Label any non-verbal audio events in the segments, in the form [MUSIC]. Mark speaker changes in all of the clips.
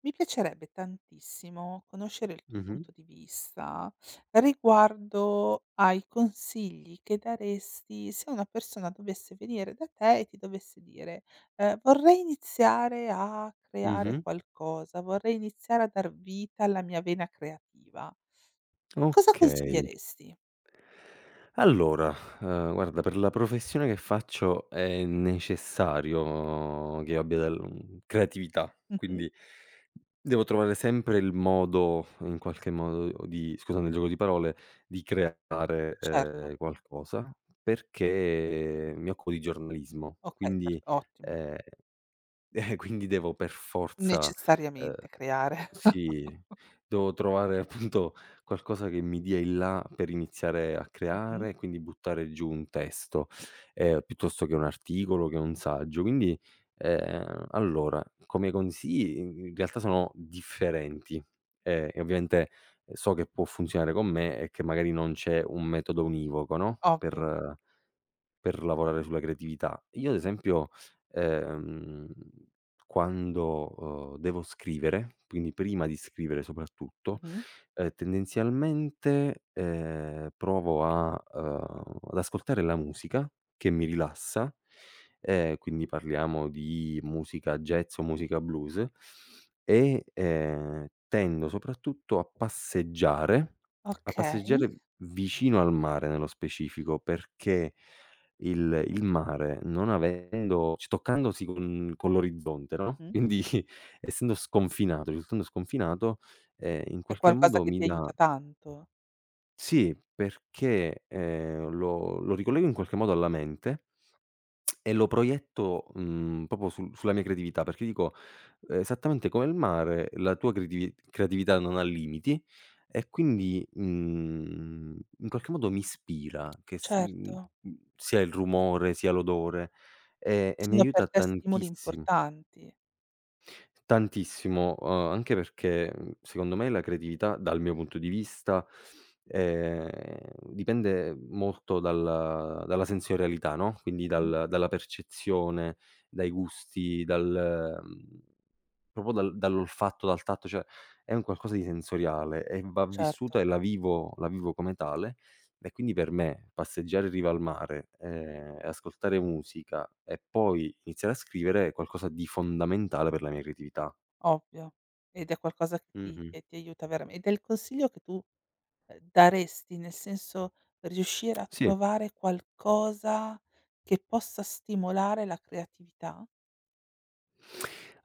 Speaker 1: Mi piacerebbe tantissimo conoscere il tuo
Speaker 2: Mh-mh,
Speaker 1: punto di vista riguardo ai consigli che daresti se una persona dovesse venire da te e ti dovesse dire: "Vorrei iniziare a creare
Speaker 2: mh-mh.
Speaker 1: qualcosa, vorrei iniziare a dar vita alla mia vena creativa." Cosa
Speaker 2: Okay.
Speaker 1: consiglieresti?
Speaker 2: Allora, guarda per la professione che faccio è necessario che io abbia del creatività,
Speaker 1: Mh-mh.
Speaker 2: quindi devo trovare sempre il modo in qualche modo di scusami il gioco di parole, di creare,
Speaker 1: Certo.
Speaker 2: qualcosa perché mi occupo di giornalismo,
Speaker 1: Okay, per
Speaker 2: quindi
Speaker 1: ottimo.
Speaker 2: ehm, [LAUGHS] quindi devo per forza, uhm
Speaker 1: Necessariamente creare.
Speaker 2: Sì, devo trovare appunto qualcosa che mi dia il là per iniziare a
Speaker 1: Mh-mh.
Speaker 2: creare, quindi buttare giù un testo, piuttosto che un articolo, che un saggio. Quindi, allora, come consigli in realtà sono differenti, e ovviamente so che può funzionare con me e che magari non c'è un metodo univoco, no,
Speaker 1: Ovvio.
Speaker 2: per lavorare sulla creatività. Io ad esempio, ehm, quando, devo scrivere, quindi prima di scrivere soprattutto,
Speaker 1: Mh-mh.
Speaker 2: tendenzialmente, provo a ad ascoltare la musica che mi rilassa, quindi parliamo di musica jazz o musica blues e, tendo soprattutto a
Speaker 1: Okay.
Speaker 2: passeggiare vicino al mare nello specifico perché il mare non avendo c toccandosi con l'orizzonte, no, [LAUGHS]
Speaker 1: Mh.
Speaker 2: quindi essendo sconfinato, risultando sconfinato, in
Speaker 1: È
Speaker 2: qualche
Speaker 1: qualcosa
Speaker 2: modo
Speaker 1: che
Speaker 2: mi
Speaker 1: ti
Speaker 2: dà
Speaker 1: aiuta tanto.
Speaker 2: sì, perché, lo ricollego in qualche modo alla mente e lo proietto, proprio sul sulla mia creatività, perché dico: "Esattamente come il mare, la tua creatività non ha limiti", e quindi, in qualche modo mi ispira che
Speaker 1: Certo,
Speaker 2: sia il rumore, sia l'odore, e mi
Speaker 1: sono
Speaker 2: aiuta
Speaker 1: per te stimoli
Speaker 2: tantissimo.
Speaker 1: importanti.
Speaker 2: Tantissimo, anche perché, secondo me la creatività, dal mio punto di vista, ehm, dipende molto dal dalla sensorialità, no, quindi
Speaker 1: Mh-mh.
Speaker 2: dal dalla percezione, dai gusti, dal mhmm Proprio dal dall'olfatto, dal tatto, cioè è un qualcosa di sensoriale e va
Speaker 1: Certo,
Speaker 2: vissuta e la vivo come tale. E quindi per me passeggiare in riva al mare, e ascoltare musica e poi iniziare a scrivere è qualcosa di fondamentale per la mia creatività.
Speaker 1: ovvio. Ed è qualcosa che ti
Speaker 2: Mh-mh.
Speaker 1: che ti aiuta veramen ed è il consiglio che tu, daresti, nel senso riuscire a
Speaker 2: Sì.
Speaker 1: trovare qualcosa che possa stimolare la creatività?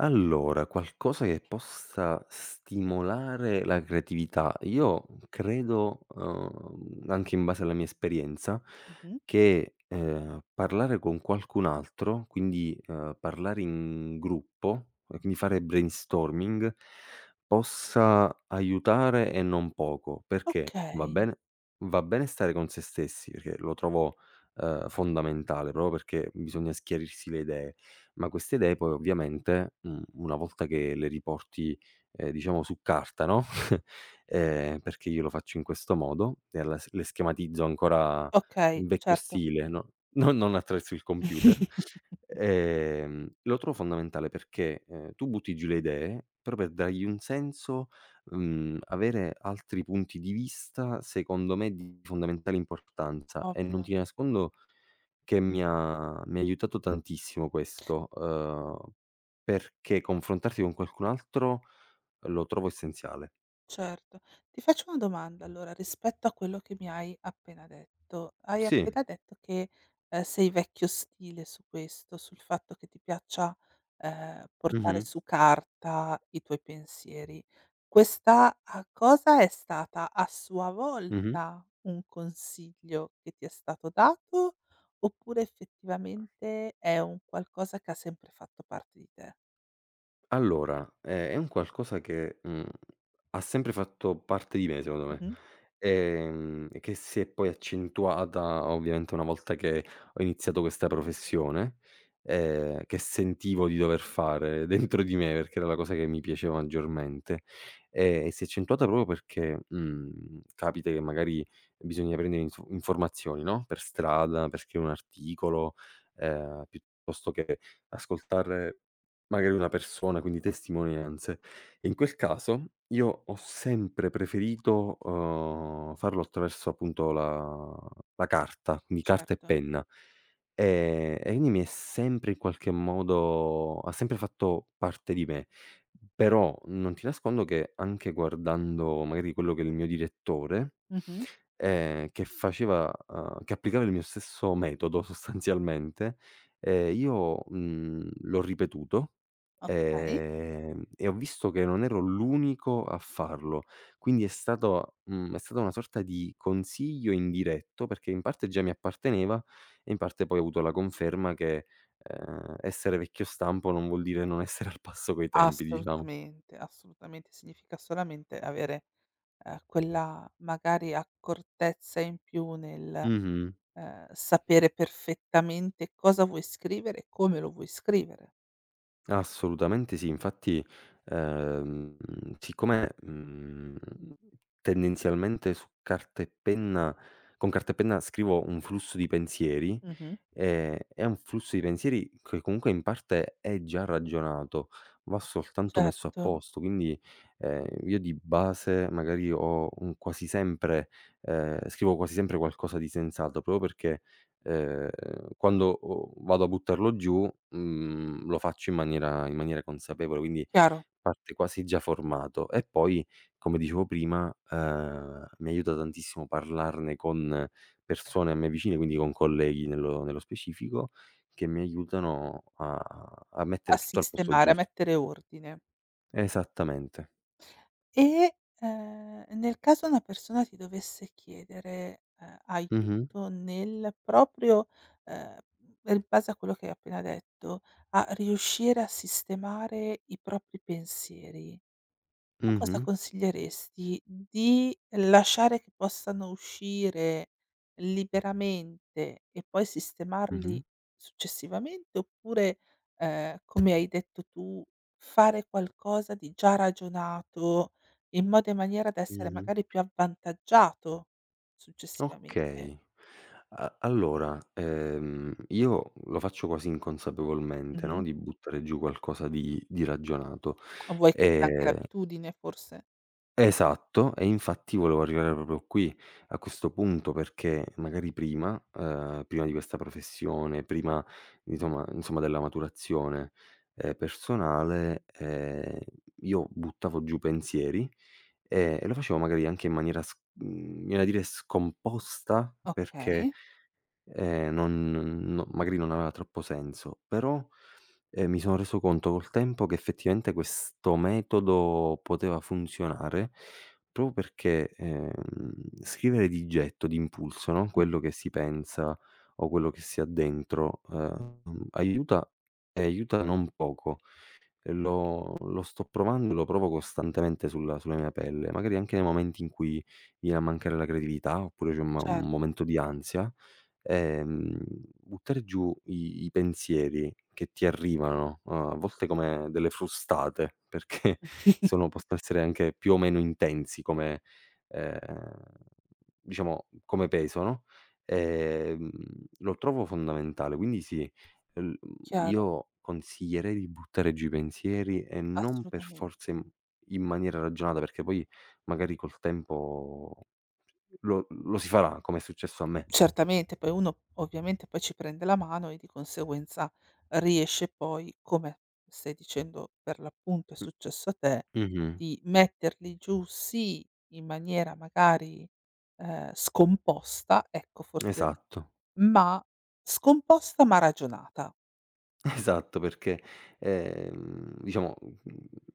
Speaker 2: Allora, qualcosa che possa stimolare la creatività. Io credo, anche in base alla mia esperienza,
Speaker 1: Mh-mh.
Speaker 2: che, parlare con qualcun altro, quindi, parlare in gruppo, e quindi fare brainstorming, possa aiutare e non poco, perché va
Speaker 1: Okay,
Speaker 2: bene va bene stare con se stessi, perché lo trovo, fondamentale, proprio perché bisogna schiarirsi le idee. Ma queste idee poi ovviamente, una volta che le riporti, diciamo su carta, no, [LAUGHS] perché io lo faccio in questo modo, e alla s le schematizzo ancora
Speaker 1: okay,
Speaker 2: in vecchio
Speaker 1: certo.
Speaker 2: stile, no, non attraverso il computer, lo trovo fondamentale perché, tu butti giù le idee, però per dargli un senso, avere altri punti di vista, secondo me di fondamentale importanza e non
Speaker 1: Ovvio,
Speaker 2: ti nascondo che mi ha aiutato tantissimo questo, perché confrontarsi con qualcun altro lo trovo essenziale.
Speaker 1: certo. Ti faccio una domanda allora rispetto a quello che mi hai appena detto. Hai
Speaker 2: Sì,
Speaker 1: appena detto che, sei vecchio stile su questo, sul fatto che ti piaccia, portare
Speaker 2: mh-mh,
Speaker 1: su carta i tuoi pensieri. Questa a cosa è stata a sua
Speaker 2: mh-mh.
Speaker 1: volta un consiglio che ti è stato dato, oppure effettivamente è un qualcosa che ha sempre fatto parte di te?
Speaker 2: Allora, è un qualcosa che, ha sempre fatto parte di me secondo me,
Speaker 1: Mh-mh.
Speaker 2: e che si è poi accentuata ovviamente una volta che ho iniziato questa professione, che sentivo di dover fare dentro di me, perché era la cosa che mi piaceva maggiormente. E si è accentuata proprio perché, capita che magari bisogna prendere informazioni, no, per strada, per scrivere un articolo, piuttosto che ascoltare magari una persona, quindi testimonianze. E in quel caso io ho sempre preferito, farlo attraverso appunto la la carta, quindi carta e
Speaker 1: Certo.
Speaker 2: penna. E quindi mi è sempre in qualche modo ha sempre fatto parte di me. Però non ti nascondo che anche guardando magari quello che è il mio direttore,
Speaker 1: Mh-mh.
Speaker 2: che faceva che applicava il mio stesso metodo [LAUGHS] sostanzialmente, io, l'ho ripetuto.
Speaker 1: Okay.
Speaker 2: E ho visto che non ero l'unico a farlo. Quindi è stata una sorta di consiglio indiretto, perché in parte già mi apparteneva e in parte poi ho avuto la conferma che, essere vecchio stampo non vuol dire non essere al passo coi tempi, diciamo.
Speaker 1: Assolutamente, assolutamente. Significa solamente avere, quella magari accortezza in più nel,
Speaker 2: Mh-mh.
Speaker 1: sapere perfettamente cosa vuoi scrivere e come lo vuoi scrivere.
Speaker 2: Assolutamente sì. Infatti, ehm, siccome, tendenzialmente su carta e penna con carta e penna scrivo un flusso di pensieri.
Speaker 1: Mh-mh.
Speaker 2: È un flusso di pensieri che comunque in parte è già ragionato, va soltanto messo a
Speaker 1: Certo,
Speaker 2: posto. Quindi, io di base magari ho un quasi sempre scrivo quasi sempre qualcosa di sensato, proprio perché, ehm, quando o vado a buttarlo giù, lo faccio in maniera consapevole. Quindi
Speaker 1: chiaro,
Speaker 2: parte quasi già formato. E poi, come dicevo prima, mi aiuta tantissimo parlarne con persone a me vicine, quindi con colleghi nello nello specifico, che mi aiutano a a
Speaker 1: a
Speaker 2: mettere tutto al posto
Speaker 1: sistemare, a
Speaker 2: giusto.
Speaker 1: mettere ordine.
Speaker 2: Esattamente.
Speaker 1: E, nel caso una persona ti dovesse chiedere,
Speaker 2: Mh-mh.
Speaker 1: aiuto nel proprio ehm, in base a quello che hai appena detto, a riuscire a sistemare i propri pensieri tu cosa
Speaker 2: Mh-mh.
Speaker 1: consiglieresti di lasciare che possano uscire liberamente e poi
Speaker 2: Mh-mh.
Speaker 1: sistemarli successivamente, oppure, come hai detto tu, fare qualcosa di già ragionato, in modo e maniera da essere
Speaker 2: Mh-mh.
Speaker 1: magari più avvantaggiato successivamente?
Speaker 2: Okay. A Allora, io lo faccio quasi inconsapevolmente, no,
Speaker 1: Mh-mh.
Speaker 2: di buttare giù qualcosa di ragionato.
Speaker 1: O vuoi che sia anche
Speaker 2: Ehm
Speaker 1: l'abitudine forse?
Speaker 2: Esatto, e infatti volevo arrivare proprio qui, a questo punto, perché magari prima prima di questa professione, prima insomma insomma della maturazione, personale, io buttavo giù pensieri e lo facevo magari anche in maniera viene da dire scomposta, perché
Speaker 1: Okay.
Speaker 2: Non no magari non aveva troppo senso, però, mi sono reso conto col tempo che effettivamente questo metodo poteva funzionare, proprio perché, scrivere di getto, d'impulso, no,
Speaker 1: Mh,
Speaker 2: quello che si pensa o quello che si ha dentro, aiuta e aiuta non poco. E lo sto provando e lo provo costantemente sulla sulla mia pelle, magari anche nei momenti in cui viene a mancare la creatività, oppure c'è
Speaker 1: cer
Speaker 2: un momento di ansia, ehm, buttare giù i pensieri che ti arrivano, a volte come delle frustate, [LAUGHS] perché sono
Speaker 1: [LAUGHS]
Speaker 2: possono essere anche più o meno intensi come ehm, diciamo come peso, no, ehm, lo trovo fondamentale. Quindi sì, l
Speaker 1: Chiaro,
Speaker 2: io consiglierei di buttare giù i pensieri e non per forza
Speaker 1: assolutamente.
Speaker 2: in in maniera ragionata, perché poi magari col tempo lo si farà, come è successo a me.
Speaker 1: Certamente, poi uno ovviamente poi ci prende la mano e di conseguenza riesce poi, come stai dicendo per l'appunto è
Speaker 2: Mh,
Speaker 1: successo a te,
Speaker 2: mh-mh.
Speaker 1: di metterli giù sì in maniera magari, scomposta, ecco forse,
Speaker 2: Esatto,
Speaker 1: ma scomposta ma ragionata.
Speaker 2: [LAUGHS] esatto, perché, diciamo,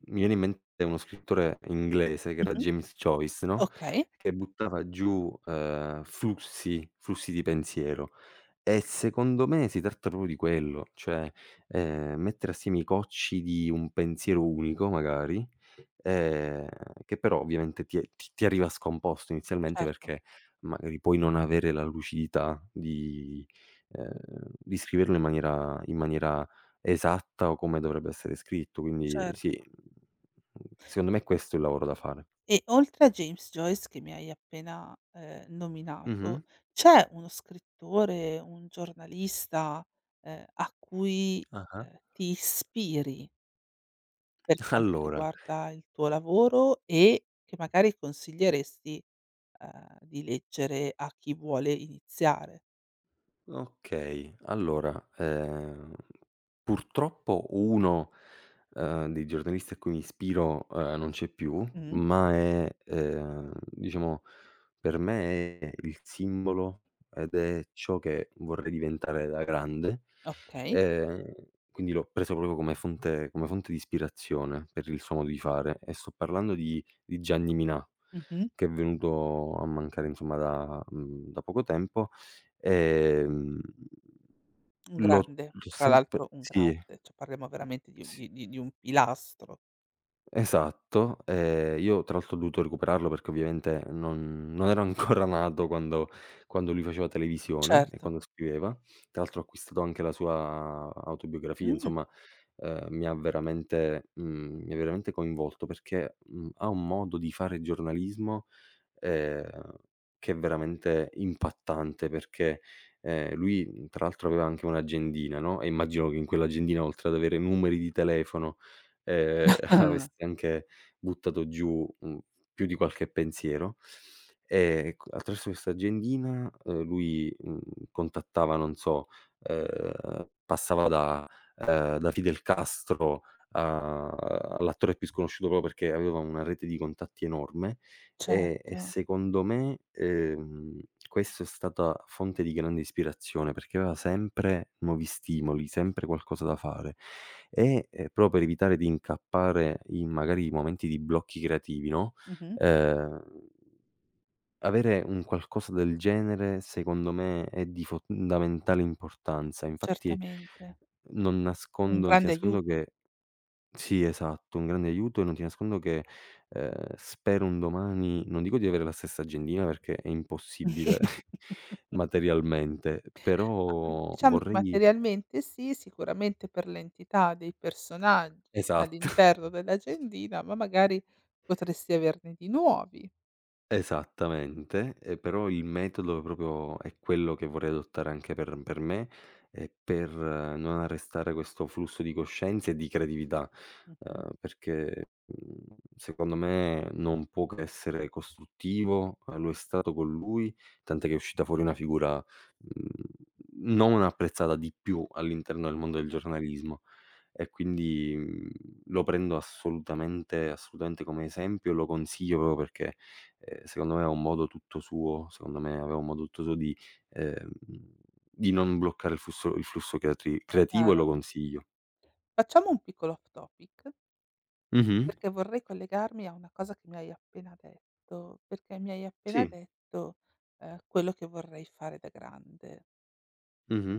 Speaker 2: mi viene in mente uno scrittore inglese che era
Speaker 1: Mh-mh.
Speaker 2: James Joyce, no,
Speaker 1: Okay,
Speaker 2: che buttava giù, flussi flussi di pensiero. E secondo me si tratta proprio di quello, cioè, mettere assieme i cocci di un pensiero unico magari, ehm, che però ovviamente ti è ti ti arriva scomposto inizialmente
Speaker 1: certo,
Speaker 2: perché magari puoi non avere la lucidità ehm, di scriverlo in maniera esatta o come dovrebbe essere scritto. Quindi sì,
Speaker 1: certo.
Speaker 2: secondo me questo è il lavoro da fare.
Speaker 1: E oltre a James Joyce che mi hai appena, nominato,
Speaker 2: Mh-mh.
Speaker 1: c'è uno scrittore, un giornalista, a cui,
Speaker 2: Ah-ah.
Speaker 1: ti ispiri per quanto
Speaker 2: Allora
Speaker 1: riguarda il tuo lavoro e che magari consiglieresti, di leggere a chi vuole iniziare?
Speaker 2: Okay, allora, purtroppo uno, dei giornalisti a cui mi ispiro, non c'è più,
Speaker 1: Mh,
Speaker 2: ma è, diciamo per me è il simbolo ed è ciò che vorrei diventare da grande.
Speaker 1: okay.
Speaker 2: Ehm, quindi l'ho preso proprio come fonte di ispirazione per il suo modo di fare e sto parlando di Gianni Minà,
Speaker 1: Mh-mh.
Speaker 2: che è venuto a mancare insomma da da poco tempo. Ehm,
Speaker 1: Un grande,
Speaker 2: l'ho
Speaker 1: tra
Speaker 2: sempre
Speaker 1: l'altro un
Speaker 2: sì,
Speaker 1: grande, cioè parliamo veramente
Speaker 2: sì.
Speaker 1: di un pilastro.
Speaker 2: Esatto, io tra l'altro ho dovuto recuperarlo perché ovviamente non ero [LAUGHS] ancora nato quando quando lui faceva televisione e
Speaker 1: Certo.
Speaker 2: quando scriveva. Tra l'altro ho acquistato anche la sua autobiografia,
Speaker 1: Mh.
Speaker 2: insomma, mi ha mi ha veramente coinvolto perché, ha un modo di fare giornalismo, ehm, che è veramente impattante perché, lui, tra l'altro aveva anche un'agendina, no, e immagino che in quell'agendina oltre ad avere numeri di telefono, ehm [LAUGHS] avresti
Speaker 1: [LAUGHS]
Speaker 2: anche buttato giù, più di qualche pensiero. Ecco, attraverso questa agendina, lui, contattava, non so, passava da da Fidel Castro a all'attore più sconosciuto proprio perché aveva una rete di contatti enorme e
Speaker 1: Certo.
Speaker 2: secondo me, questo è stata fonte di grande ispirazione perché aveva sempre nuovi stimoli, sempre qualcosa da fare. E, pro per evitare di incappare in magari momenti di blocchi creativi, no,
Speaker 1: Mh-mh.
Speaker 2: ehm, avere un qualcosa del genere secondo me è di fondamentale importanza. Infatti
Speaker 1: Certamente, un
Speaker 2: non ti
Speaker 1: grande
Speaker 2: nascondo
Speaker 1: aiuto.
Speaker 2: che sì, esatto, un grande aiuto e non ti nascondo che, spero un domani non dico di avere la stessa agendina perché è impossibile [LAUGHS]
Speaker 1: [LAUGHS]
Speaker 2: materialmente,
Speaker 1: Ma, mhmm,
Speaker 2: però
Speaker 1: diciamo che
Speaker 2: vorrei
Speaker 1: materialmente sì, sicuramente per l'entità dei personaggi
Speaker 2: esatto.
Speaker 1: all'interno dell'agendina, ma magari potresti averne di nuovi.
Speaker 2: Esattamente, però il metodo proprio è quello che vorrei adottare anche per me e per non arrestare questo flusso di coscienze e di creatività,
Speaker 1: Mh-mh.
Speaker 2: perché, secondo me non può che essere costruttivo, lo è stato con lui, tant'è che è uscita fuori una figura, mhmm, non apprezzata di più all'interno del mondo del giornalismo. E quindi, lo prendo assolutamente assolutamente come esempio, lo consiglio proprio perché, secondo me aveva un modo tutto suo ehm, di non bloccare il flusso creatri creativo e
Speaker 1: Chiaro.
Speaker 2: lo consiglio.
Speaker 1: Facciamo un piccolo off topic,
Speaker 2: Mh-mh.
Speaker 1: perché vorrei collegarmi a una cosa che mi hai appena detto, perché mi hai appena
Speaker 2: Sì.
Speaker 1: detto, quello che vorrei fare da grande.
Speaker 2: Mh-mh.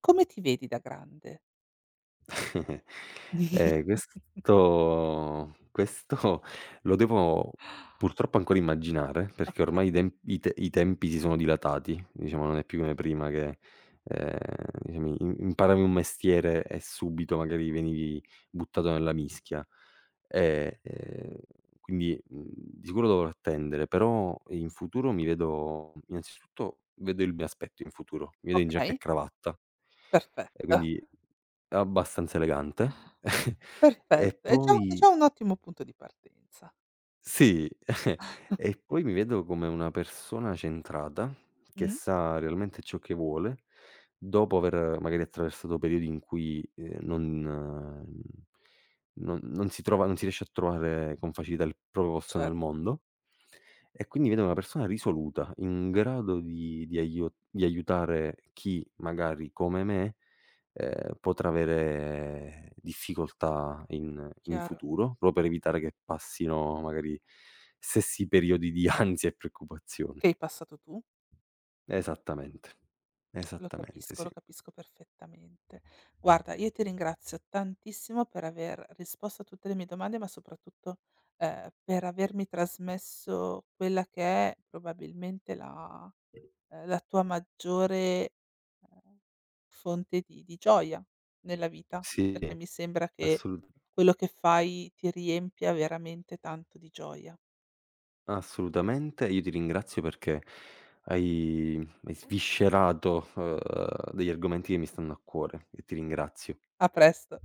Speaker 1: Come ti vedi da grande?
Speaker 2: [LAUGHS]
Speaker 1: [LAUGHS]
Speaker 2: Questo questo [LAUGHS] lo devo purtroppo ancora immaginare, perché ormai
Speaker 1: Okay,
Speaker 2: i tempi si sono dilatati, diciamo non è più come prima che, ehm, diciamo im imparavi un mestiere e subito magari venivi buttato nella mischia. E, quindi, di sicuro dovrò attendere, però in futuro mi vedo innanzitutto vedo il mio aspetto in futuro, mi vedo in giacca e
Speaker 1: okay.
Speaker 2: cravatta. E
Speaker 1: Perfetto,
Speaker 2: quindi abbastanza elegante. [LAUGHS] E
Speaker 1: perfetto. È
Speaker 2: poi
Speaker 1: già un ottimo punto di partenza.
Speaker 2: sì, [LAUGHS] e poi mi vedo come una persona centrata, che
Speaker 1: Mh.
Speaker 2: sa realmente ciò che vuole, dopo aver magari attraversato periodi in cui, non si trova non si riesce a trovare con facilità il proprio posto nel
Speaker 1: Certo,
Speaker 2: mondo. E quindi vedo una persona risoluta, in grado di aiu di aiutare chi magari come me potrà avere difficoltà in in
Speaker 1: chiaro.
Speaker 2: futuro, proprio per evitare che passino magari stessi periodi di [LAUGHS] ansia e preoccupazione.
Speaker 1: Che hai passato tu?
Speaker 2: Esattamente, esattamente sì.
Speaker 1: Lo capisco perfettamente. Guarda, io ti ringrazio tantissimo per aver risposto a tutte le mie domande, ma soprattutto, per avermi trasmesso quella che è probabilmente la tua maggiore, ehm, fonte di gioia nella vita,
Speaker 2: Sì,
Speaker 1: perché mi sembra che
Speaker 2: assolut
Speaker 1: quello che fai ti riempia veramente tanto di gioia.
Speaker 2: assolutamente. Io ti ringrazio perché hai hai sviscerato, degli argomenti che mi stanno a cuore e ti ringrazio.
Speaker 1: A presto.